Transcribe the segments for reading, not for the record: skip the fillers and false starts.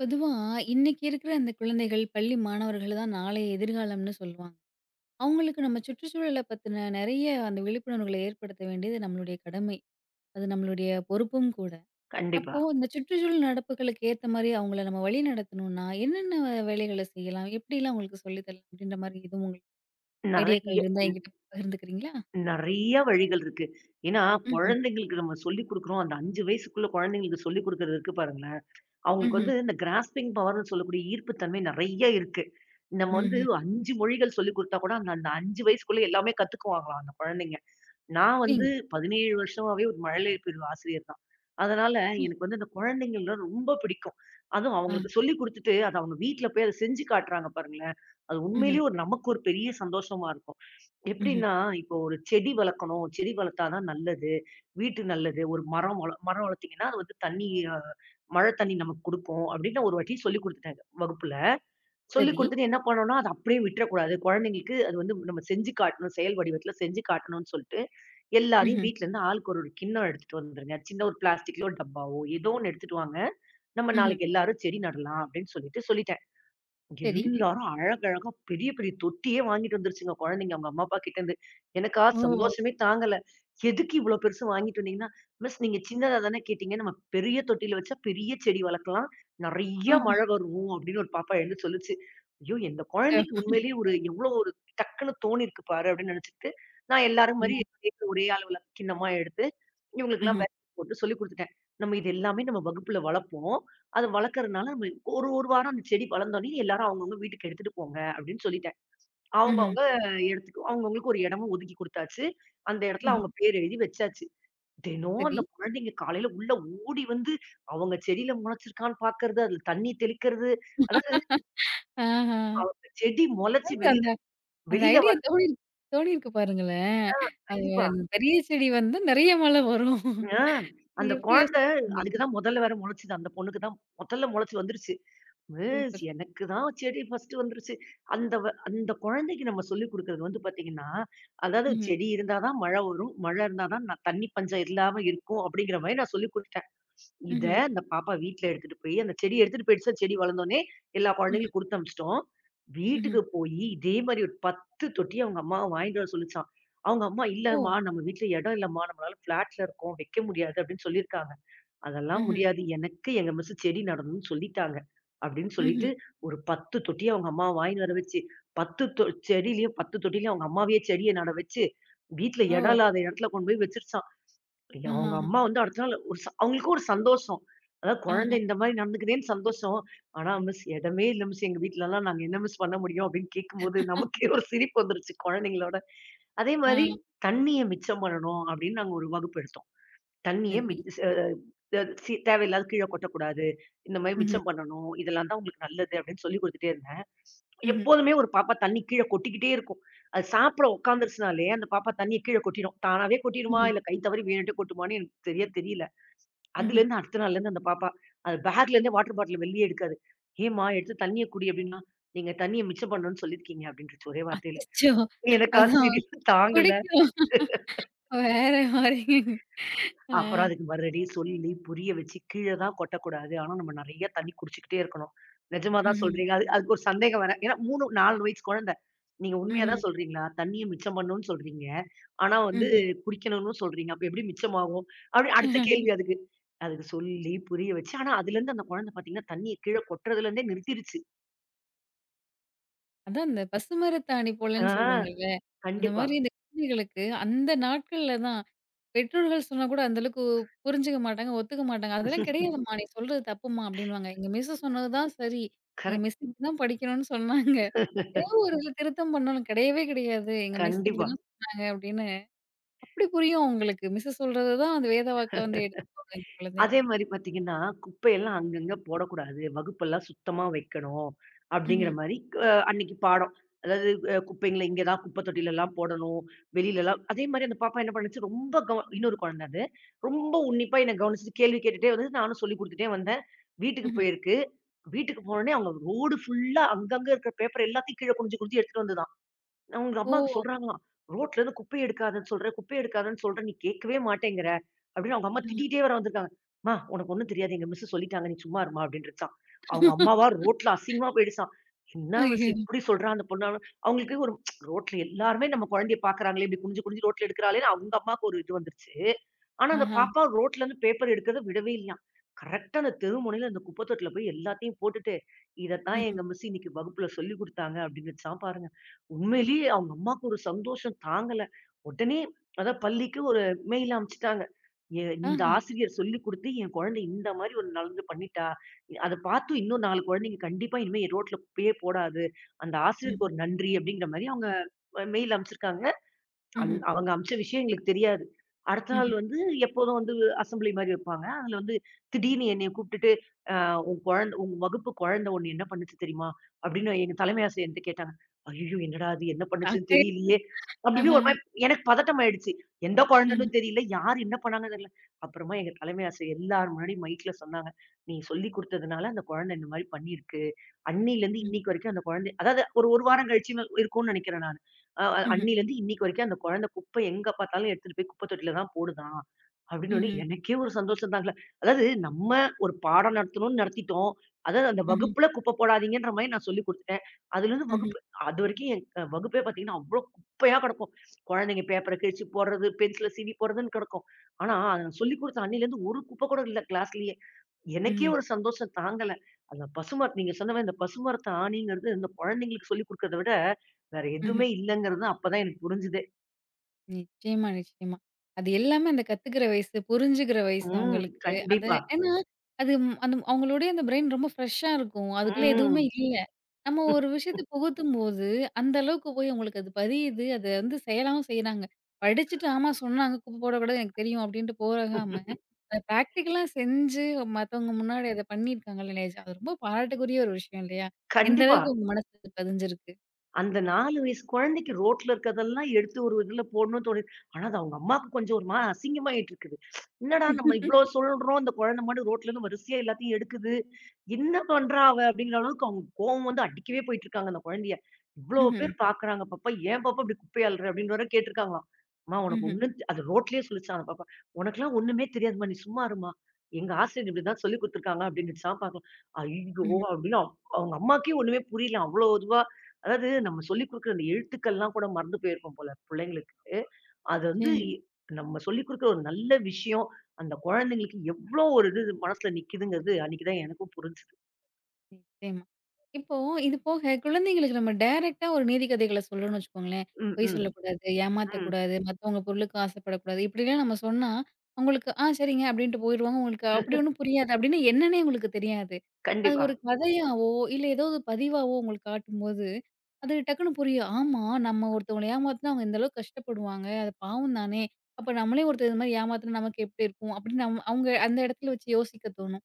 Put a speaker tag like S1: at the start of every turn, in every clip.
S1: பொதுவா இன்னைக்கு இருக்கிற அந்த குழந்தைகள், பள்ளி மாணவர்கள் தான் நாளைய எதிர்காலம்னு சொல்லுவாங்க. அவங்களுக்கு நம்ம சுற்றுச்சூழல பத்தின நெறைய அந்த விழிப்புணர்வுகள ஏற்படுத்த வேண்டியது நம்மளுடைய கடமை. அது நம்மளுடைய பொறுப்பும் கூட.
S2: கண்டிப்பா.
S1: அப்போ இந்த சுற்றுச்சூழல் நடப்புகளுக்கு ஏத்த மாரி அவங்கள நம்ம வழி நடத்தணும்னா, என்னென்ன வேலைகள செய்யலாம்? எப்படிலாம் அவங்களுக்கு சொல்லி தரலாம்? அப்படின்ற மாரி எதுவும் உங்களுக்கு
S2: நெறைய,
S1: ஐடியாக்கள் இருந்தா என்கிட்ட பகிர்ந்துக்கிறீங்களா?
S2: நெறைய வழிகள் இருக்கு. ஏன்னா,
S1: ம்ஹ்ம்.
S2: குழந்தைங்களுக்கு நம்ம சொல்லிக் குடுக்குறோம். அந்த 5 வயசுக்குள்ள குழந்தைங்களுக்கு சொல்லிக் குடுக்குறது இருக்கு பாருங்களேன். அவங்களுக்கு
S1: ம்ஹ்ம்.
S2: வந்து இந்த கிராஸ்பிங் பவர்ன்னு சொல்லக்கூடிய ஈர்ப்பு தன்மை நெறைய இருக்கு. நம்ம வந்து
S1: ம்ஹ்ம்.
S2: 5 மொழிகள் சொல்லிக் குடுத்தா கூட, அந்த அந்த 5 வயசுக்குள்ள எல்லாமே கத்துக்குவாங்களாம் அந்த குழந்தைங்க. நான் வந்து
S1: சரிங்க.
S2: 17 வருஷமாவே ஒரு மழலையர் பிரிவு ஆசிரியர் தான். அதனால
S1: ம்.
S2: எனக்கு வந்து அந்த குழந்தைங்கள்ல ரொம்ப பிடிக்கும். அதுவும்
S1: ஆ.
S2: அவங்களுக்கு சொல்லிக் குடுத்துட்டு, அத அவங்க வீட்ல போய் அத செஞ்சு காட்டுறாங்க பாருங்களேன். அது
S1: ம்ஹ்ம்.
S2: உண்மையிலேயே ஒரு நமக்கு ஒரு பெரிய சந்தோஷமா இருக்கும்.
S1: ம்ஹ்ம்.
S2: எப்படின்னா, இப்போ ஒரு செடி வளர்க்கணும், செடி வளர்த்தா தான் நல்லது, வீட்டு நல்லது. ஒரு மரம் மரம் வளர்த்தீங்கன்னா, அது வந்து தண்ணி அ மழை தண்ணி நமக்கு குடுக்கும் அப்படின்னு ஒரு வாட்டி சொல்லிக் குடுத்துட்டாங்க வகுப்புல. சொல்லிக்
S1: சரி.
S2: குடுத்துட்டு என்ன பண்ணணும்னா, அத அப்படியே விட்டுறக்கூடாது. குழந்தைங்களுக்கு அது வந்து நம்ம செஞ்சு காட்டணும். செயல் வடிவத்துல செஞ்சு காட்டணும்னு சொல்லிட்டு, எல்லாரையும்
S1: ம்ஹ்ம்.
S2: வீட்லருந்து ஆளுக்கு ஒரு ஒரு கிண்ணம் எடுத்துட்டு வந்துருங்க. சின்ன ஒரு பிளாஸ்டிக்லயோ, டப்பாவோ ஏதோ ஒண்ணு எடுத்துட்டு வாங்க. நம்ம
S1: ம்ஹ்ம்.
S2: நாளைக்கு எல்லாரும் செடி நடலாம் அப்படின்னு சொல்லிட்டேன்.
S1: சரி.
S2: எல்லாரும் அழகழகா பெரிய பெரிய தொட்டியே வாங்கிட்டு வந்துருச்சுங்க குழந்தைங்க அவங்க அம்மா அப்பா கிட்ட இருந்து. எனக்கா
S1: ஓ!
S2: சந்தோஷமே தாங்கல. எதுக்கு இவ்ளோ பெருசு வாங்கிட்டு வந்தீங்கன்னா, மிஸ் நீங்க சின்னதா தானே கேட்டீங்க. நம்ம பெரிய தொட்டியில வச்சா பெரிய செடி வளர்க்கலாம். நெறைய
S1: ஆஹா.
S2: மழை வரும் அப்படின்னு ஒரு பாப்பா எழுந்து சொல்லுச்சு. ஐயோ! இந்த குழந்தைக்கு உண்மையிலேயே ஒரு எவ்ளோ ஒரு டக்குன்னு தோணிருக்கு பாரு அப்படின்னு நினைச்சுட்டு, நான் எல்லாரும்
S1: ம்.
S2: மாரி ஒரே அளவுல கிண்ணமா எடுத்து, இவங்களுக்கெல்லாம்
S1: ம்ஹ்ம்.
S2: போட்டு சொல்லிக் குடுத்துட்டேன். நம்ம இது எல்லாமே நம்ம வகுப்புல வளர்ப்போம். அது வளர்க்கறதுனால நம்ம ஒரு ஒரு வாரம் அந்த செடி வளர்ந்தோனே, எல்லாரும் அவங்கவங்க வீட்டுக்கு எடுத்துட்டு போங்க அப்படின்னு சொல்லிட்டேன்.
S1: ம்ஹ்ம்.
S2: அவங்கவங்க எடுத்துட்டு அவங்கவங்களுக்கு ஒரு இடமும் ஒதுக்கி குடுத்தாச்சு. அந்த இடத்துல
S1: ம்.
S2: அவங்க பேர் எழுதி வச்சாச்சு. தினம்
S1: சரி.
S2: அந்த குழந்தைங்க காலையில உள்ள ஓடி வந்து, அவங்க செடியில முளைச்சிருக்கான்னு பார்க்கறது, அதுல தண்ணி தெளிக்கிறது. அதாவது
S1: ஆஹா!
S2: செடி முளைச்சு
S1: அதாவது
S2: வெளியில
S1: அந்த அந்த
S2: வெளியில
S1: ஐடியா
S2: வர
S1: தோணியிருக்கு பாருங்களேன். அது
S2: கண்டிப்பா.
S1: பெரிய செடி வந்து நெறைய மழை வரும்.
S2: ஆ. அந்த
S1: எப்படி
S2: குழந்தை
S1: யோசிச்சிருக்கீங்க?
S2: அதுக்கு தான் முதல்ல வேற முளைச்சது. அந்த பொண்ணுக்கு தான் முதல்ல முளைச்சு வந்துருச்சு. Miss
S1: super!
S2: எனக்கு தான் செடி ஃபர்ஸ்ட் வந்துருச்சு. அந்த குழந்தைக்கு நம்ம சொல்லிக் குடுக்குறது வந்து பார்த்தீங்கன்னா, அதாவது
S1: ம்ஹ்ம்.
S2: செடி இருந்தா தான் மழை வரும். மழை இருந்தா தான் நான் தண்ணி பஞ்சம் இல்லாம இருக்கும் அப்படிங்கிற மாரி நான் சொல்லிக் குடுத்துட்டேன். இத
S1: ம்ஹ்ம்.
S2: அந்த பாப்பா வீட்ல எடுத்துட்டு போய் அந்த செடி எடுத்துட்டு போயிடுச்சா, செடி வளர்ந்தோனே எல்லா
S1: ம்ஹ்ம்.
S2: குழந்தைகளுக்கும் குடுத்து அனுப்பிச்சுட்டோம்.
S1: ம்ஹ்ம்.
S2: வீட்டுக்கு போயி இதே மாரி ஒரு 10 தொட்டி அவங்க அம்மா வாங்கிட்டு வர சொல்லுச்சாம். அவங்க அம்மா,
S1: ஓ!
S2: "இல்லம்மா நம்ம வீட்ல இடம் இல்லம்மா. நம்மளால ஃப்ளாட்ல இருக்கோம். வைக்க முடியாது" அப்படின்னு சொல்லியிருக்காங்க. "அதெல்லாம்
S1: ம்ஹ்ம்.
S2: முடியாது. எனக்கு எங்க மிஸ் செடி நடணும்னு சொல்லிட்டாங்க." அப்படின்னு
S1: ம்ஹ்ம்.
S2: சொல்லிட்டு ஒரு 10 தொட்டி அவங்க அம்மாவ வாங்கின்னு வர வச்சு, 10 தொ செடியிலயும் 10 தொட்டியிலயும் அவங்க அம்மாவையே செடிய நட வச்சு, வீட்ல இடம்
S1: ஓ!
S2: இல்லாத இடத்துல கொண்டு போய் வச்சுருச்சான். அவங்க
S1: ஆஹாஹா!
S2: அம்மா வந்து அடுத்த நாள் ஒரு ச அவங்களுக்கும் ஒரு சந்தோஷம். அதாவது குழந்தை
S1: ஆஹா!
S2: இந்த மாரி நடந்துக்குதேன்னு சந்தோஷம். ஆனா, "மிஸ் இடமே இல்ல மிஸ் எங்க வீட்லலாம். நாங்க என்ன மிஸ் பண்ண முடியும்?" அப்படின்னு கேட்கும்போது நமக்கே ஒரு சிரிப்பு வந்துருச்சு குழந்தைங்களோட. அதே மாரி
S1: ஆ.
S2: தண்ணீய மிச்சம் பண்ணணும் அப்படின்னு நாங்க ஒரு வகுப்பு எடுத்தோம். தண்ணீய
S1: சரி.
S2: மிச் ச த சி தேவையில்லாத கீழ கொட்டக்கூடாது. இந்த மாரி
S1: ம்ஹ்ம்.
S2: மிச்சம் பண்ணணும். இதெல்லாம் தான் உங்களுக்கு நல்லது அப்படின்னு சொல்லிக் குடுத்துட்டே இருந்தேன்.
S1: ம்ஹ்ம்.
S2: எப்போதுமே ஒரு பாப்பா தண்ணி கீழ கொட்டிக்கிட்டே இருக்கும். அது சாப்பிட உட்காந்துருச்சுனாலே அந்த பாப்பா தண்ணிய கீழ கொட்டிரும். தானாவே கொட்டிருமா?
S1: ம்ஹ்ம்.
S2: இல்ல கை தவறி வேணுன்ட்டே கொட்டுமான்னு எனக்கு சரியா தெரியல.
S1: ம்ஹ்ம்.
S2: அதுலேருந்து அடுத்த நாள்லேருந்து அந்த பாப்பா அது பேக்ல இருந்தே வாட்டர் பாட்டில வெளியே எடுக்காது. ஏம்மா எடுத்து தண்ணிய குடி அப்படின்னா, நீங்க தண்ணிய மிச்சம் பண்ணணும்னு சொல்லியிருக்கீங்க அப்படின்றுச்சு ஒரே வார்த்தையில.
S1: அச்சச்சோ!
S2: எனக்கா
S1: அதான்
S2: சிரிப்பு தாங்கல.
S1: குடிக்கணும். வேற மாரிங்க. ஆ.
S2: அப்புறம் அதுக்கு மறுபடி சொல்லி, புரிய வச்சு, கீழ தான் கொட்டக்கூடாது. ஆனா, நம்ம நெறைய தண்ணி குடிச்சுக்கிட்டே இருக்கணும். நிஜமா தான்
S1: ம்ஹ்ம்.
S2: சொல்றீங்க. அது அதுக்கு ஒரு சந்தேகம் வேற. ஏன்னா 3, 4 வயசு குழந்தை. நீங்க உண்மையா
S1: ம்ஹ்ம்.
S2: தான் சொல்றீங்களா? தண்ணிய மிச்சம் பண்ணணும்னு சொல்றீங்க. ஆனா வந்து குடிக்கணும்னு சொல்றீங்க. அப்ப எப்படி மிச்சமாகும்? அப்படி அடுத்த
S1: ம்ஹ்ம்.
S2: கேள்வி அதுக்கு. அதுக்கு சொல்லி, புரிய வச்சு, ஆனா அதுலேருந்து அந்த குழந்தை பார்த்தீங்கன்னா, தண்ணிய கீழ கொட்டுறதுலேருந்தே நிறுத்திருச்சு.
S1: அதான் இந்த பசுமரத்தாணி
S2: ஆ,
S1: போலன்னு சொல்லுவாங்கல்ல. அந்த
S2: கண்டிப்பா.
S1: மாரி இந்த குழந்தைகளுக்கு அந்த நாட்கள்ல தான் பெற்றோர்கள் சொன்னா கூட அந்த அளவுக்கு புரிஞ்சுக்க மாட்டாங்க, ஒத்துக்க மாட்டாங்க. "அதெல்லாம் கிடையாதும்மா! நீ சொல்றது தப்பும்மா" அப்படின்னுவாங்க. எங்க மிஸ் சொன்னது தான் சரி. எங்க
S2: கரெக்ட்.
S1: மிஸ் இப்படிதான் படிக்கணும்னு சொன்னாங்க. ஏதோ ஒரு இதில திருத்தம் பண்ணாலும் கிடையவே கிடையாது. எங்க மிஸ்
S2: கண்டிப்பா.
S1: இப்படிதான் சொன்னாங்க அப்படின்னு அப்படி புரியும் அவங்களுக்கு. மிஸ் சொல்றது தான் அந்த வேத வாக்கா வந்து எடுத்துக்குவாங்க இந்த குழந்தைங்க.
S2: அதே மாரி பாத்தீங்கன்னா, குப்பையெல்லாம் அங்கங்க போடக்கூடாது. வகுப்பெல்லாம் சுத்தமா வைக்கணும். அப்படிங்கிற
S1: ம்ஹ்ம்.
S2: மாரி அன்னைக்கு பாடம். அதாவது குப்பைங்கள இங்க தான் குப்பை தொட்டிலலாம் போடணும். வெளிலலாம் அதே மாரி அந்த பாப்பா என்ன பண்ணுச்சு, ரொம்ப கவ இன்னொரு குழந்த அது. ரொம்ப உன்னிப்பா என்ன கவனிச்சுட்டு கேள்வி கேட்டுட்டே வந்தது. நானும் சொல்லிக் குடுத்துட்டே வந்தேன். வீட்டுக்கு
S1: ம்ஹ்ம்.
S2: போயிருக்கு. வீட்டுக்கு போனோனே அவங்க ரோடு ஃபுல்லா அங்கங்க இருக்கிற பேப்பர் எல்லாத்தையும் கீழ குனிஞ்சு குனிஞ்சு எடுத்துட்டு வந்தது. அவங்க
S1: ஓ!
S2: அம்மாவுக்கு சொல்றாங்களாம். "ரோட்ல இருந்து குப்பைய எடுக்காதன்னு சொல்றேன், குப்பைய எடுக்காதன்னு சொல்றேன். நீ கேட்கவே மாட்டேங்கிற." அப்படின்னு அவங்க அம்மா
S1: அஹ.
S2: திட்டிட்டே வேற வந்திருக்காங்க. "அம்மா உனக்கு ஒண்ணும் தெரியாது. எங்க மிஸ் சொல்லிட்டாங்க. நீ சும்மா இரும்மா" அப்படின்ருச்சான். அவங்க அம்மாவா ரோட்ல அசிங்கமா போயிடுச்சாம். "என்ன மிஸ்
S1: ஐயோ!
S2: இப்படி சொல்றா அந்த பொண்ணாலும்" அவங்களுக்கு ஒரு ரோட்ல எல்லாருமே நம்ம குழந்தைய பார்க்கறாங்களே, இப்படி குனிஞ்சு குனிஞ்சு ரோட்ல எடுக்கிறாளேன்னு அவங்க அம்மாவுக்கு ஒரு இது வந்துருச்சு. ஆனா அந்த
S1: ஆஹா.
S2: பாப்பா ரோட்ல இருந்து பேப்பர் எடுக்கிறத விடவே இல்லையாம். கரெக்ட்டா அந்த தெரு முனையில அந்த குப்பை தொட்டில போய் எல்லாத்தையும் போட்டுட்டு, "இதத்தான்
S1: ம்ஹ்ம்.
S2: எங்க மிஸ் இன்னைக்கு வகுப்புல சொல்லிக் குடுத்தாங்க" அப்படின்னுச்சாம் பாருங்க. உண்மையிலேயே அவங்க அம்மாவுக்கு ஒரு சந்தோஷம் தாங்கல. உடனே அதான் பள்ளிக்கு ஒரு மெயில் அனுப்பிச்சுட்டாங்க. இந்த
S1: ஆஹா.
S2: ஆசிரியர் சொல்லிக் குடுத்து என் குழந்தை இந்த மாரி ஒரு நலந்து பண்ணிட்டா. அத பார்த்தும் இன்னும் 4 குழந்தைங்க கண்டிப்பா இனிமே ரோட்ல குப்பையே போடாது. அந்த
S1: ம்ஹ்ம்.
S2: ஆசிரியருக்கு ஒரு நன்றி அப்படிங்கிற மாரி அவங்க மெயில் அனுப்பிச்சிருக்காங்க.
S1: ம்ஹ்ம். ம்ஹ்ம்.
S2: அவங்க அம்ச்ச விஷயம் எங்களுக்கு தெரியாது. அடுத்த
S1: ம்ஹ்ம்.
S2: நாள் வந்து எப்போதும் வந்து அசெம்பிளி மாரி வைப்பாங்க. அதுல வந்து திடீர்னு என்னைய கூப்ட்டுட்டு, "அ உன் குழந்த உங்க வகுப்பு குழந்தை ஒண்ணு என்ன பண்ணுச்சு தெரியுமா?" அப்படின்னு எங்க தலைமை ஆசிரியர் என்ட்ட கேட்டாங்க. "ஐயய்யோ! என்னடா அது என்ன பண்ணுச்சுன்னு
S1: ஷாக்கே!
S2: தெரியலையே!" அப்படின்னு
S1: ஆஹா.
S2: ஒரு மாரி எனக்கு பதட்டம் ஆயிடுச்சு. எந்த
S1: ம்ஹ்ம்.
S2: குழந்தைன்னும் தெரியல, யார் என்ன பண்ணாங்கன்னு தெரியல. அப்புறமா எங்க தலைமை ஆசிரியர் எல்லார் முன்னாடியும் மைக்ல சொன்னாங்க. "நீ சொல்லிக் குடுத்ததுனால அந்த குழந்தை இந்த மாரி பண்ணியிருக்கு. அன்னையிலருந்து
S1: ம்.
S2: இன்னைக்கு வரைக்கும் அந்த குழந்தை" அதாவது ஒரு 1 வாரம் கழிச்சு இருக்கும்னு நெனைக்கிறேன் அ அ
S1: ம்ஹ்ம்.
S2: அன்னிலருந்து இன்னைக்கு வரைக்கும் அந்த குழந்தை குப்பை எங்க பார்த்தாலும் எடுத்துட்டு போய் குப்பை தொட்டில தான் போடுதான். அப்டின்னோனே
S1: ம்ஹ்ம்.
S2: எனக்கே ஒரு சந்தோஷம் தாங்க. அதாவது நம்ம ஒரு பாடம் நடத்தணும்னு நடத்திட்டோம். அதாவது அந்த
S1: ம்ஹ்ம்.
S2: வகுப்புல குப்பை போடாதீங்கன்ற மாரி நான் சொல்லிக் குடுத்துட்டேன். அதுலருந்து
S1: ம்ஹ்ம்.
S2: வகுப்பு அதுவரைக்கும் என் வகுப்பே பார்த்தீங்கன்னா, அவ்ளோ குப்பையா கெடக்கும். குழந்தைங்க பேப்பர கிழிச்சு போடுறது, பென்சில சீவி போடுறதுன்னு கெடக்கும். ஆனா, அத நான் சொல்லிக் குடுத்த அன்னிலருந்து ஒரு குப்பை கூட இல்ல கிளாஸ்லயே. எனக்கே
S1: ம்ஹ்ம்.
S2: ஒரு சந்தோஷம் தாங்கல. அந்த பசுமரத் நீங்க சொன்ன மாரி இந்த பசுமரத்து ஆணிங்கிறது இந்த குழந்தைங்களுக்கு சொல்லிக் குடுக்கறத விட வேற
S1: ம்ஹ்ம்.
S2: எதுவுமே இல்லங்கிறது அப்பதான் எனக்கு புரிஞ்சுதே.
S1: நிச்சயமா, நிச்சயமா. அது எல்லாமே அந்த கத்துக்கிற வயசு, புரிஞ்சுக்கிற வயசு
S2: ம்.
S1: அவங்களுக்கு. அது
S2: கண்டிப்பா.
S1: ஏன்னா, அது அந்த அவங்களுடைய அந்த பிரெயின் ரொம்ப ஃப்ரெஷ்ஷா இருக்கும். அதுக்குள்ள எதுவுமே
S2: ம்.
S1: இல்ல. நம்ம ஒரு விஷயத்த புகுத்தும்போது, அந்த அளவுக்கு போய் அவங்களுக்கு அது பதியுது. அத வந்து செயலாவும் செய்றாங்க. படிச்சுட்டு ஆமா சொன்னாங்க, குப்பை போடக்கூடாது எனக்கு தெரியும் அப்டின்ட்டு போகாம, அத பிராக்டிகலா செஞ்சு மத்தவங்க முன்னாடி அத பண்ணியிருக்காங்கல்ல நிஜம். அது ரொம்ப பாராட்டுக்குரிய ஒரு விஷயம் இல்லையா? எந்த
S2: கண்டிப்பா.
S1: அளவுக்கு உங்க மனசுல பதிஞ்சிருக்கு?
S2: அந்த 4 வயசு குழந்தைக்கு ரோட்ல இருக்கிறதெல்லாம் எடுத்து ஒரு இதுல போடணும்னு தோணுது. ஆனா, அது அவங்க அம்மாவுக்கு கொஞ்சம் ஒரு மாரி அசிங்கமாயிட்டு இருக்குது. என்னடா நம்ம இவ்ளோ சொல்றோம், இந்த குழந்தை மட்டும் ரோட்லருந்து வரிசையா எல்லாத்தையும் எடுக்குது. என்ன பண்றா அவ? அப்படிங்கிற அளவுக்கு அவங்க கோவம் வந்து அடிக்கவே போயிட்டு இருக்காங்க அந்த குழந்தைய. இவ்ளோ
S1: ம்ஹ்ம்,
S2: பேர் பாக்குறாங்க பாப்பா, ஏன் பாப்பா இப்படி குப்பைய அள்ளுற? அப்படின்னு வேற கேட்டிருக்காங்களாம். அம்மா உனக்கு
S1: ம்ஹ்ம்,
S2: ஒண்ணும் தெ அது ரோட்லயே சொல்லிச்சாம் அந்த பாப்பா. உனக்கெல்லாம் ஒண்ணுமே தெரியாதும்மா, நீ சும்மா இரும்மா. எங்க ஆசிரியர் இப்படிதான் சொல்லிக் குடுத்துருக்காங்க அப்படின்னுச்சாம் பாக்கலாம். ஐயோ!
S1: ம்ஹ்ம்,
S2: அப்படின்னு அவங்க அம்மாக்கே ஒண்ணுமே புரியல. அவ்ளோ இதுவா அதாவது நம்ம சொல்லிக் குடுக்குற அந்த எழுத்துக்கள்லாம் கூட மறந்து போயிருக்கும் போல பிள்ளைங்களுக்கு. அது வந்து
S1: செம
S2: இ நம்ம சொல்லிக் குடுக்குற ஒரு நல்ல விஷயம், அந்த குழந்தைங்களுக்கு எவ்ளோ ஒரு இது மனசுல நிக்குதுங்கிறது அன்னைக்கு தான் எனக்கும் புரிஞ்சுது.
S1: நிச்சயமா. இப்போ இது போக குழந்தைங்களுக்கு நம்ம டைரக்ட்டா ஒரு நீதி கதைகள சொல்றோம்னு வச்சுக்கோங்களேன்.
S2: ம்,
S1: பொய்
S2: ம்,
S1: சொல்லக்கூடாது,
S2: ம்.
S1: ஏமாத்தக்கூடாது, மத்தவங்க பொருளுக்கு ஆசைப்படக்கூடாது. இப்படிலாம் நம்ம சொன்னா, அவங்களுக்கு "ஆ சரிங்க" அப்படின்ட்டு போயிருவாங்க. உங்களுக்கு அப்படி ஒண்ணும் புரியாது. அப்படின்னு என்னன்னே உங்களுக்கு தெரியாது. அது
S2: கண்டிப்பா,
S1: ஒரு கதையாவோ, இல்ல ஏதோ ஒரு பதிவாவோ உங்களுக்கு காட்டும்போது, அது டக்குனு புரியும். ஆமா, நம்ம ஒருத்தவங்கள ஏமாத்துனா அவங்க இந்த அளவுக்கு கஷ்டப்படுவாங்க. அது பாவம் தானே. அப்ப நம்மளே ஒருத்தர் இது மாரி ஏமாத்துனா நமக்கு எப்படி இருக்கும்? அப்படின்னு நம் அவங்க அந்த இடத்துல வச்சு யோசிக்க தோணும்.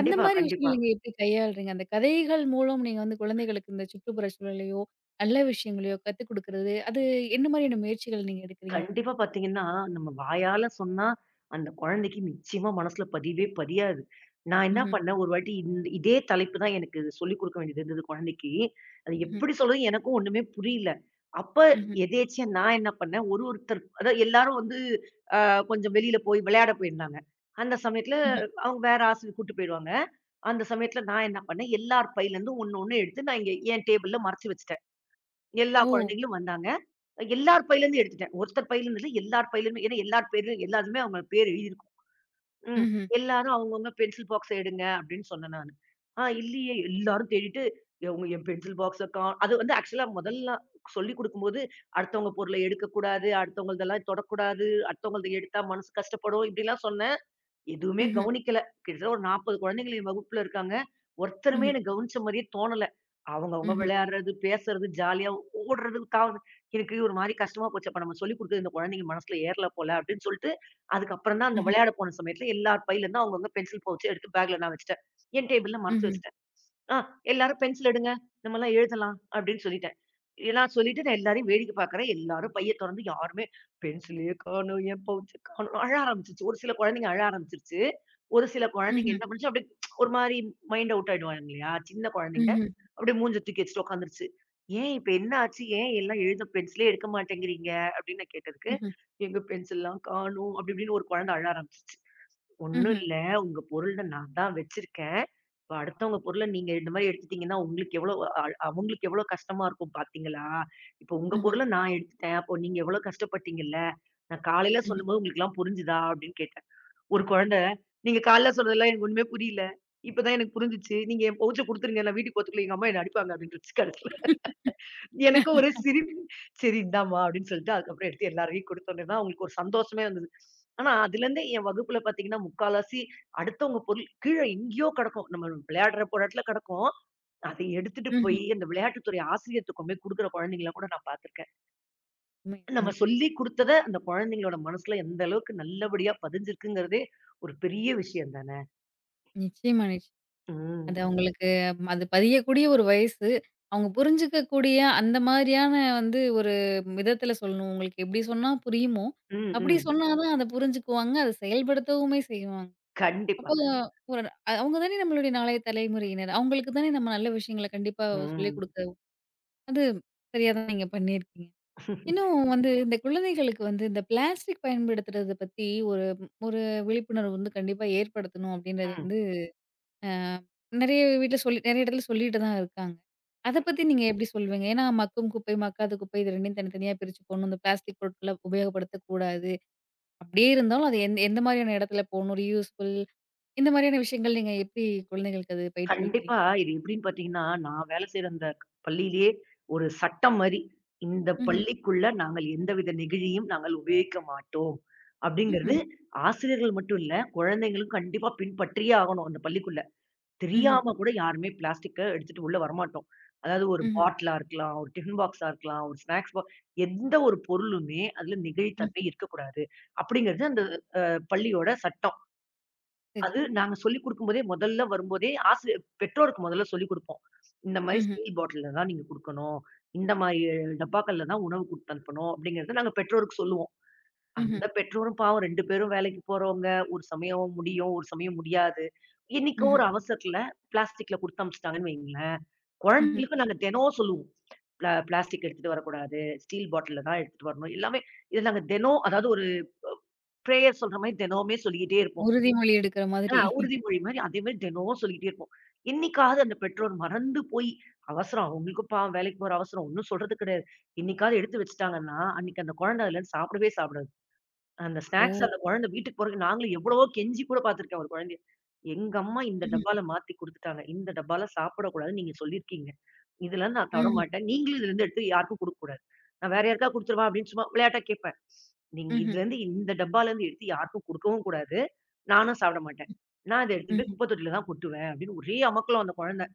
S1: அந்த மாரி
S2: கண்டிப்பா.
S1: விஷயங்கள் நீங்க எப்படி கையாளுறீங்க? அந்த கதைகள் மூலம் நீங்க வந்து குழந்தைகளுக்கு இந்த சுற்றுப்புற சூழலையோ, நல்ல விஷயங்களையோ கத்துக் குடுக்குறது, அது என்ன மாரியான முயற்சிகள் நீங்க எடுக்கிறீங்க?
S2: கண்டிப்பா பாத்தீங்கன்னா, நம்ம வாயால சொன்னா, அந்த குழந்தைக்கு நிச்சயமா மனசுல பதியவே பதியாது. நான் என்ன
S1: ம்ஹ்ம்,
S2: பண்ணேன், ஒரு வாட்டி இதே தலைப்பு தான் எனக்கு சொல்லிக் குடுக்க வேண்டியது இருந்தது குழந்தைக்கு. அது
S1: ம்ஹ்ம்,
S2: எப்படி சொல்றது எனக்கும் ஒண்ணுமே புரியல. அப்ப
S1: ம்ஹ்ம்,
S2: எதேர்ச்சியா நான் என்ன பண்ணேன், ஒரு ஒருத்தர் அதாவது எல்லாரும் வந்து கொஞ்சம் வெளியில போய் விளையாட போயிருந்தாங்க. அந்த சமயத்துல
S1: ம்ஹ்ம்.
S2: அவங்க வேற ஆசிரியர் கூட்டு போயிருவாங்க. அந்த சமயத்துல நான் என்ன பண்ணேன், எல்லார் பையிலருந்தும் ஒண்ணு ஒண்ணு எடுத்து நான் இங்க என் டேபிள்ல மறைச்சு வச்சுட்டேன். எல்லா
S1: ஓ!
S2: குழந்தைகளும் வந்தாங்க. எல்லார் பையிலருந்து எடுத்துட்டேன். ஒருத்தர் பையிலருந்து இல்ல, எல்லார் பையிலருந்து. ஏன்னா எல்லார் பேரு எல்லாருமே அவங்க பேர் எழுதியிருக்கும். ம்.
S1: ம்ஹ்ம்,
S2: எல்லாரும் அவங்கவங்க பென்சில் பாக்ஸ எடுங்க அப்படின்னு சொன்னேன் நானு. ஆ இல்லையே எல்லாரும் தேடிட்டு அவங்க என் பென்சில் பாக்ஸ காணோம். அது வந்து ஆக்சுவலா முதல்ல சொல்லிக் குடுக்கும்போது, அடுத்தவங்க பொருள எடுக்கக்கூடாது, அடுத்தவங்கள்தெல்லாம் தொடக்கூடாது, அடுத்தவங்கள்து எடுத்தா மனசு கஷ்டப்படும் இப்படிலாம் சொன்னேன். எதுவுமே
S1: ம்ஹ்ம்,
S2: கவனிக்கல. கிட்டத்தட்ட ஒரு 40 குழந்தைகள் என் வகுப்புல இருக்காங்க. ஒருத்தருமே
S1: ம்ஹ்ம்,
S2: எனக்கு கவனிச்ச மாரியே தோணல. அவங்கவங்க
S1: ம்ஹ்ம்,
S2: விளையாடுறது, பேசுறது, ஜாலியா ஓடுறது, தாவுறது. எனக்கு ஒரு மாரி கஷ்டமா போச்சு. அப்ப நம்ம சொல்லிக் குடுத்தது இந்த குழந்தைங்க மனசுல ஏறல போல அப்படின்னு சொல்லிட்டு, அதுக்கப்புறம் தான் அந்த
S1: ம்ஹ்ம்,
S2: விளையாட போன சமயத்துல எல்லார் பையிலருந்தும் அவங்கவங்க பென்சில் பவுச்ச எடுத்து பேக்ல நான் வச்சுட்டேன். என் டேபிள்ல மறைச்சு
S1: ம்ஹ்ம்,
S2: வச்சுட்டேன். ஆ எல்லாரும் பென்சில் எடுங்க. நம்மலாம் எழுதலாம் அப்படின்னு சொல்லிட்டேன். நான் சொல்லிட்டு நான் எல்லாரையும் வேடிக்கை பார்க்குறேன். எல்லாரும் பைய தொறந்து யாருமே பென்சிலே காணோம், என் பவுச்ச காணோம். அழ ஆரம்பிச்சுருச்சு. ஒரு சில குழந்தைங்க அழ ஆரம்பிச்சுருச்சு. ஒரு சில
S1: ம்ஹ்ம்,
S2: குழந்தைங்க
S1: ம்ஹ்ம்,
S2: என்ன பண்ணுச்சு அப்படியே ஒரு மாரி மைண்ட் அவுட் ஆயிடுவாங்க இல்லையா? சின்ன குழந்தைங்க.
S1: ம்ஹ்ம்,
S2: அப்படியே மூஞ்ச தூக்கி வச்சுட்டு உட்காந்துருச்சு. "ஏன் இப்ப என்ன ஆச்சு? ஏன் எல்லாம் எழுத பென்சிலே எடுக்க மாட்டேங்கிறீங்க?" அப்படின்னு நான் கேட்டதுக்கு,
S1: ம்ஹ்ம்,
S2: "எங்க பென்சில்லாம் காணோம்" அப்படி இப்படின்னு ஒரு குழந்தை அழ ஆரம்பிச்சுச்சு. ஒண்ணும்
S1: ம்ஹ்ம்,
S2: இல்ல. உங்க பொருள்ல நான் தான் வச்சிருக்கேன். இப்ப அடுத்தவங்க பொருள நீங்க இந்த மாரி எடுத்துட்டீங்கன்னா, உங்களுக்கு எவ்ளோ அ அவங்களுக்கு எவ்ளோ கஷ்டமா இருக்கும் பாத்தீங்களா? இப்ப உங்க
S1: ம்ஹ்ம்.
S2: பொருள நான் எடுத்துட்டேன். அப்போ நீங்க எவ்ளோ கஷ்டப்பட்டீங்கல்ல? நான் காலையில
S1: ம்ஹ்ம்.
S2: சொல்லும்போது உங்களுக்கெல்லாம் புரிஞ்சுதா? அப்படின்னு கேட்டேன். ஒரு குழந்தை, நீங்க காலைல சொன்னதெல்லாம் எனக்கு ஒண்ணுமே புரியல. இப்ப தான் எனக்கு புரிஞ்சுச்சு. நீங்க என் பவுச்ச குடுத்துருங்க. நான் வீட்டுக்கு போறதுக்குள்ள எங்க அம்மா என்ன அடிப்பாங்க அப்படின்ருச்சு கடைசில. எனக்கு ஒரு சிரிப்பு. சரி இந்தாம்மா அப்படின்னு சொல்லிட்டு, அதுக்கப்புறம் எடுத்து எல்லாரையும் குடுத்தோனே தான் அவங்களுக்கு ஒரு சந்தோஷமே வந்தது. ஆனா அதுலருந்து என் வகுப்புல பார்த்தீங்கன்னா, முக்கால்வாசி அடுத்தவங்க பொருள் கீழ எங்கேயோ கெடக்கும். நம்ம விளையாடுற ஒரு இடத்துல கெடக்கும். அதை எடுத்துட்டு போய் அந்த விளையாட்டுத் துறை ஆசிரியர்ட்ட கொண்டு போய் குடுக்குற குழந்தைங்கள கூட நான் பார்த்துருக்கேன்.
S1: உண்மை,
S2: நம்ம
S1: உண்மை.
S2: சொல்லிக் குடுத்தத அந்த குழந்தைங்களோட மனசுல எந்த அளவுக்கு நல்லபடியா பதிஞ்சிருக்குங்கிறதே ஒரு பெரிய விஷயம் தானே!
S1: நிச்சயமா, நிச்சயமா.
S2: ம்.
S1: அது அவங்களுக்கு ம், அது பதியக்கூடிய ஒரு வயசு. அவங்க புரிஞ்சுக்கக்கூடிய அந்த மாதிரியான வந்து ஒரு விதத்தில சொல்லணும். உங்களுக்கு எப்படி சொன்னா புரியுமோ,
S2: ம்,
S1: அப்படி
S2: ம்.
S1: சொன்னா தான் அத புரிஞ்சுக்குவாங்க. அத செயல்படுத்தவுமே செய்வாங்க.
S2: கண்டிப்பா.
S1: அப்போ ஒரு அவங்க தானே நம்மளுடைய நாளைய தலைமுறையினர். அவங்களுக்கு தானே நம்ம நல்ல விஷயங்கள கண்டிப்பா சொல்லிக்
S2: ம்.
S1: குடுக்க அது சரியா தான் நீங்க பண்ணியிருக்கீங்க. இன்னும் வந்து இந்த குழந்தைகளுக்கு வந்து இந்த பிளாஸ்டிக் பயன்படுத்துறத பத்தி ஒரு ஒரு விழிப்புணர்வு வந்து கண்டிப்பா ஏற்படுத்தணும் அப்படின்றது
S2: ம்.
S1: வந்து அ நெறைய வீட்ல சொல்லி நெறைய இடத்துல சொல்லிட்டு தான் இருக்காங்க. அத பத்தி நீங்க எப்படி சொல்லுவீங்க? ஏன்னா, மக்கும் குப்பை, மக்காத குப்பை இது 2யும் தனித்தனியா பிரிச்சு போடணும். இந்த பிளாஸ்டிக் பொருட்கள உபயோகப்படுத்தக்கூடாது. அப்படியே இருந்தாலும் அது எந்த எந்த மாதிரியான இடத்துல போணும்? ரீயூஸபிள் இந்த மாதிரியான விஷயங்கள் நீங்க எப்படி குழந்தைகளுக்கு அது
S2: கண்டிப்பா.
S1: பயிற்றுவிக்கிறீங்க?
S2: இது எப்படின்னு பார்த்தீங்கன்னா, நான் வேலை செய்ற அந்த பள்ளியிலேயே ஒரு சட்டம் மாரி, இந்த
S1: ம்ஹ்ம்.
S2: பள்ளிக்குள்ள நாங்கள் எந்தவித நெகிழியும் நாங்கள் உபயோகிக்க மாட்டோம். அப்படிங்கிறது
S1: ம்ஹ்ம்.
S2: ஆசிரியர்கள் மட்டும் இல்ல, குழந்தைங்களும் கண்டிப்பா பின்பற்றியே ஆகணும் அந்த பள்ளிக்குள்ள.
S1: ம்ஹ்ம்.
S2: தெரியாம கூட யாருமே பிளாஸ்டிக்க எடுத்துட்டு உள்ள வரமாட்டோம். அதாவது ஒரு
S1: ம்ஹ்ம்.
S2: பாட்டிலா இருக்கலாம், ஒரு டிஃபன் பாக்ஸா இருக்கலாம், ஒரு ஸ்நாக்ஸ் பாக்ஸ் எந்த ஒரு பொருளுமே அதுல
S1: ம்.
S2: நெகிழித்தன்மை இருக்கக்கூடாது. அப்படிங்கிறது அந்த பள்ளியோட சட்டம்.
S1: சரி.
S2: அது நாங்க சொல்லிக் குடுக்கும்போதே முதல்ல வரும்போதே பெற்றோருக்கு முதல்ல சொல்லிக் குடுப்போம். இந்த மாரி
S1: ம்ஹ்ம்.
S2: ஸ்டீல் பாட்டில்ல தான் நீங்க குடுக்கணும். இந்த மாரி டப்பாக்கள்ல தான் உணவு குடுத்து அனுப்பணும் அப்படிங்கிறத நாங்க பெற்றோருக்கு சொல்லுவோம்.
S1: ம்ஹ்ம்.
S2: அந்த பெற்றோரும் பாவம் 2 பேரும் வேலைக்கு போறவங்க. ஒரு சமயம் முடியும், ஒரு சமயம் முடியாது. என்னைக்கோ ஒரு
S1: ம்ஹ்ம்.
S2: அவசரத்துல பிளாஸ்டிக்ல குடுத்து அனுப்பிச்சுட்டாங்கன்னு வைங்களேன்,
S1: ம்ஹ்ம்.
S2: குழந்தைகளுக்கு நாங்க தினம் சொல்லுவோம். பிளாஸ்டிக் எடுத்துட்டு வரக்கூடாது. ஸ்டீல் பாட்டில்ல தான் எடுத்துட்டு வரணும்." எல்லாமே இத நாங்க தினம் அதாவது ஒரு பிரேயர் சொல்ற மாரி தினமுமே சொல்லிக்கிட்டே இருப்போம்.
S1: உறுதிமொழி எடுக்கிற மாதிரி.
S2: ஆ உறுதிமொழி மாரி அதே மாரி தினம் சொல்லிக்கிட்டே இருப்போம். என்னைக்காவது அந்த பெற்றோர் மறந்து போய் அவசரம் அவங்களுக்கும் பாவம் வேலைக்கு போற அவசரம் ஒண்ணும் சொல்றது கிடையாது. என்னைக்காவது எடுத்து வச்சுட்டாங்கன்னா, அன்னைக்கு அந்த குழந்தை அதுலருந்து சாப்பிடவே சாப்பிடாது. அந்த
S1: ஓ!
S2: ஸ்நாக்ஸ் அந்த குழந்தை வீட்டுக்கு போறதுக்கு நாங்களும் எவ்வளவோ கெஞ்சி கூட பார்த்துருக்கேன் ஒரு குழந்தைய. எங்க அம்மா இந்த
S1: ம்ஹ்ம்.
S2: டப்பால மாத்தி குடுத்துட்டாங்க. இந்த டப்பால சாப்பிடக்கூடாதுன்னு நீங்க சொல்லியிருக்கீங்க. இதெல்லாம் நான் தொட
S1: ம்ஹ்ம்.
S2: மாட்டேன். நீங்களும் இதுலருந்து எடுத்து யாருக்கும் குடுக்கக்கூடாது. நான் வேற யாருக்கா குடுத்துருவா அப்படின்னு சும்மா விளையாட்டா கேட்பேன். நீங்க
S1: ம்ஹ்ம்.
S2: இதுலருந்து இந்த டப்பாலருந்து எடுத்து யாருக்கும் குடுக்கவும் கூடாது. நானும் சாப்பிட மாட்டேன். நான் இத எடுத்துட்டு போய்
S1: ம்ஹ்ம்.
S2: குப்பை தொட்டியில தான் கொட்டுவேன் அப்படின்னு ஒரே அமர்க்களம் அந்த குழந்தை.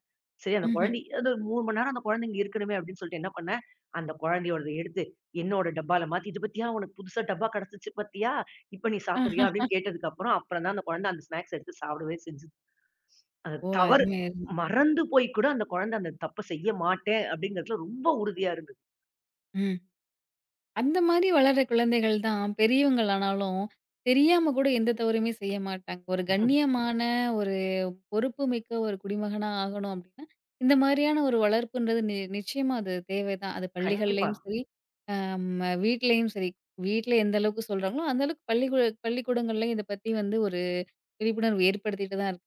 S2: சரி அந்த
S1: ம்ஹ்ம்.
S2: குழந்தை அது 3 மணி நேரம் அந்த குழந்தை இங்க இருக்கணுமே அப்படின்னு சொல்லிட்டு என்ன பண்ணேன், அந்த குழந்தையோடத எடுத்து என்னோட டப்பால மாத்தி, "இது பாத்தியா உனக்கு புதுசா டப்பா கிடைச்சுச்சு பாத்தியா? இப்ப நீ சாப்பிடுறியா?"
S1: ஆஹா!
S2: அப்படின்னு கேட்டதுக்கு அப்புறம் தான் அந்த குழந்தை அந்த ஸ்நாக்ஸ் எடுத்து சாப்பிடவே செஞ்சுது. அது
S1: ஓ!
S2: தவறு.
S1: அருமை, அருமை.
S2: மறந்து போய் கூட அந்த குழந்தை அந்த தப்ப செய்ய மாட்டேன் அப்படிங்கிறதுல ரொம்ப உறுதியா இருந்தது.
S1: ம். அந்த மாரி வளர்ற குழந்தைகள் தான் பெரியவங்கள் ஆனாலும், தெரியாம கூட எந்த தவறுமே செய்ய மாட்டாங்க. ஒரு கண்ணியமான, ஒரு பொறுப்புமிக்க ஒரு குடிமகனா ஆகணும் அப்டின்னா, இந்த மாரியான ஒரு வளர்ப்புன்றது நிச்சயமா அது தேவைதான். அது
S2: கண்டிப்பா,
S1: பள்ளிகள்லயும் சரி, அம் வீட்லயும் சரி. வீட்ல எந்த அளவுக்கு சொல்றாங்களோ, அந்த அளவுக்கு பள்ளிக்கூடங்கள்லயும் இத பத்தி வந்து ஒரு விழிப்புணர்வு ஏற்படுத்திட்டு தான் இருக்கு.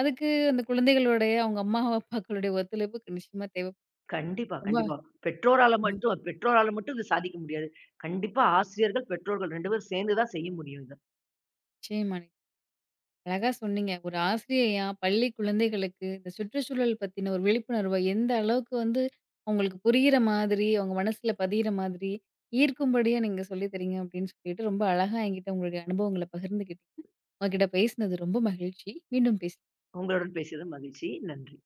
S1: அதுக்கு அந்த குழந்தைகளுடைய, அவங்க அம்மா, அப்பாக்களுடைய ஒத்துழைப்பு நிச்சயமா தேவைப்படும்.
S2: கண்டிப்பா,
S1: ரொம்ப
S2: கண்டிப்பா. பெற்றோரால
S1: ம்.
S2: மட்டும் பெற்றோரால மட்டும் இது சாதிக்க முடியாது. கண்டிப்பா ஆசிரியர்கள், பெற்றோர்கள் 2 பேரும் சேர்ந்து தான் செய்ய முடியும் இத.
S1: நிச்சயமா. அழகா சொன்னீங்க. ஒரு ஆசிரியையா பள்ளி குழந்தைகளுக்கு இந்த சுற்றுச்சூழல் பத்தின ஒரு விழிப்புணர்வ எந்த அளவுக்கு வந்து அவங்களுக்கு புரியிற மாதிரி, அவங்க மனசுல பதியிற மாதிரி, ஈர்க்கும்படியா நீங்க சொல்லி தரீங்க அப்படின்னு சொல்லிட்டு ரொம்ப அழகா என்கிட்ட உங்களுடைய அனுபவங்கள பகிர்ந்துக்கிட்டீங்க. உங்ககிட்ட பேசினது ரொம்ப மகிழ்ச்சி. மீண்டும் பேச
S2: உங்களுடன் பேசியது மகிழ்ச்சி. நன்றி.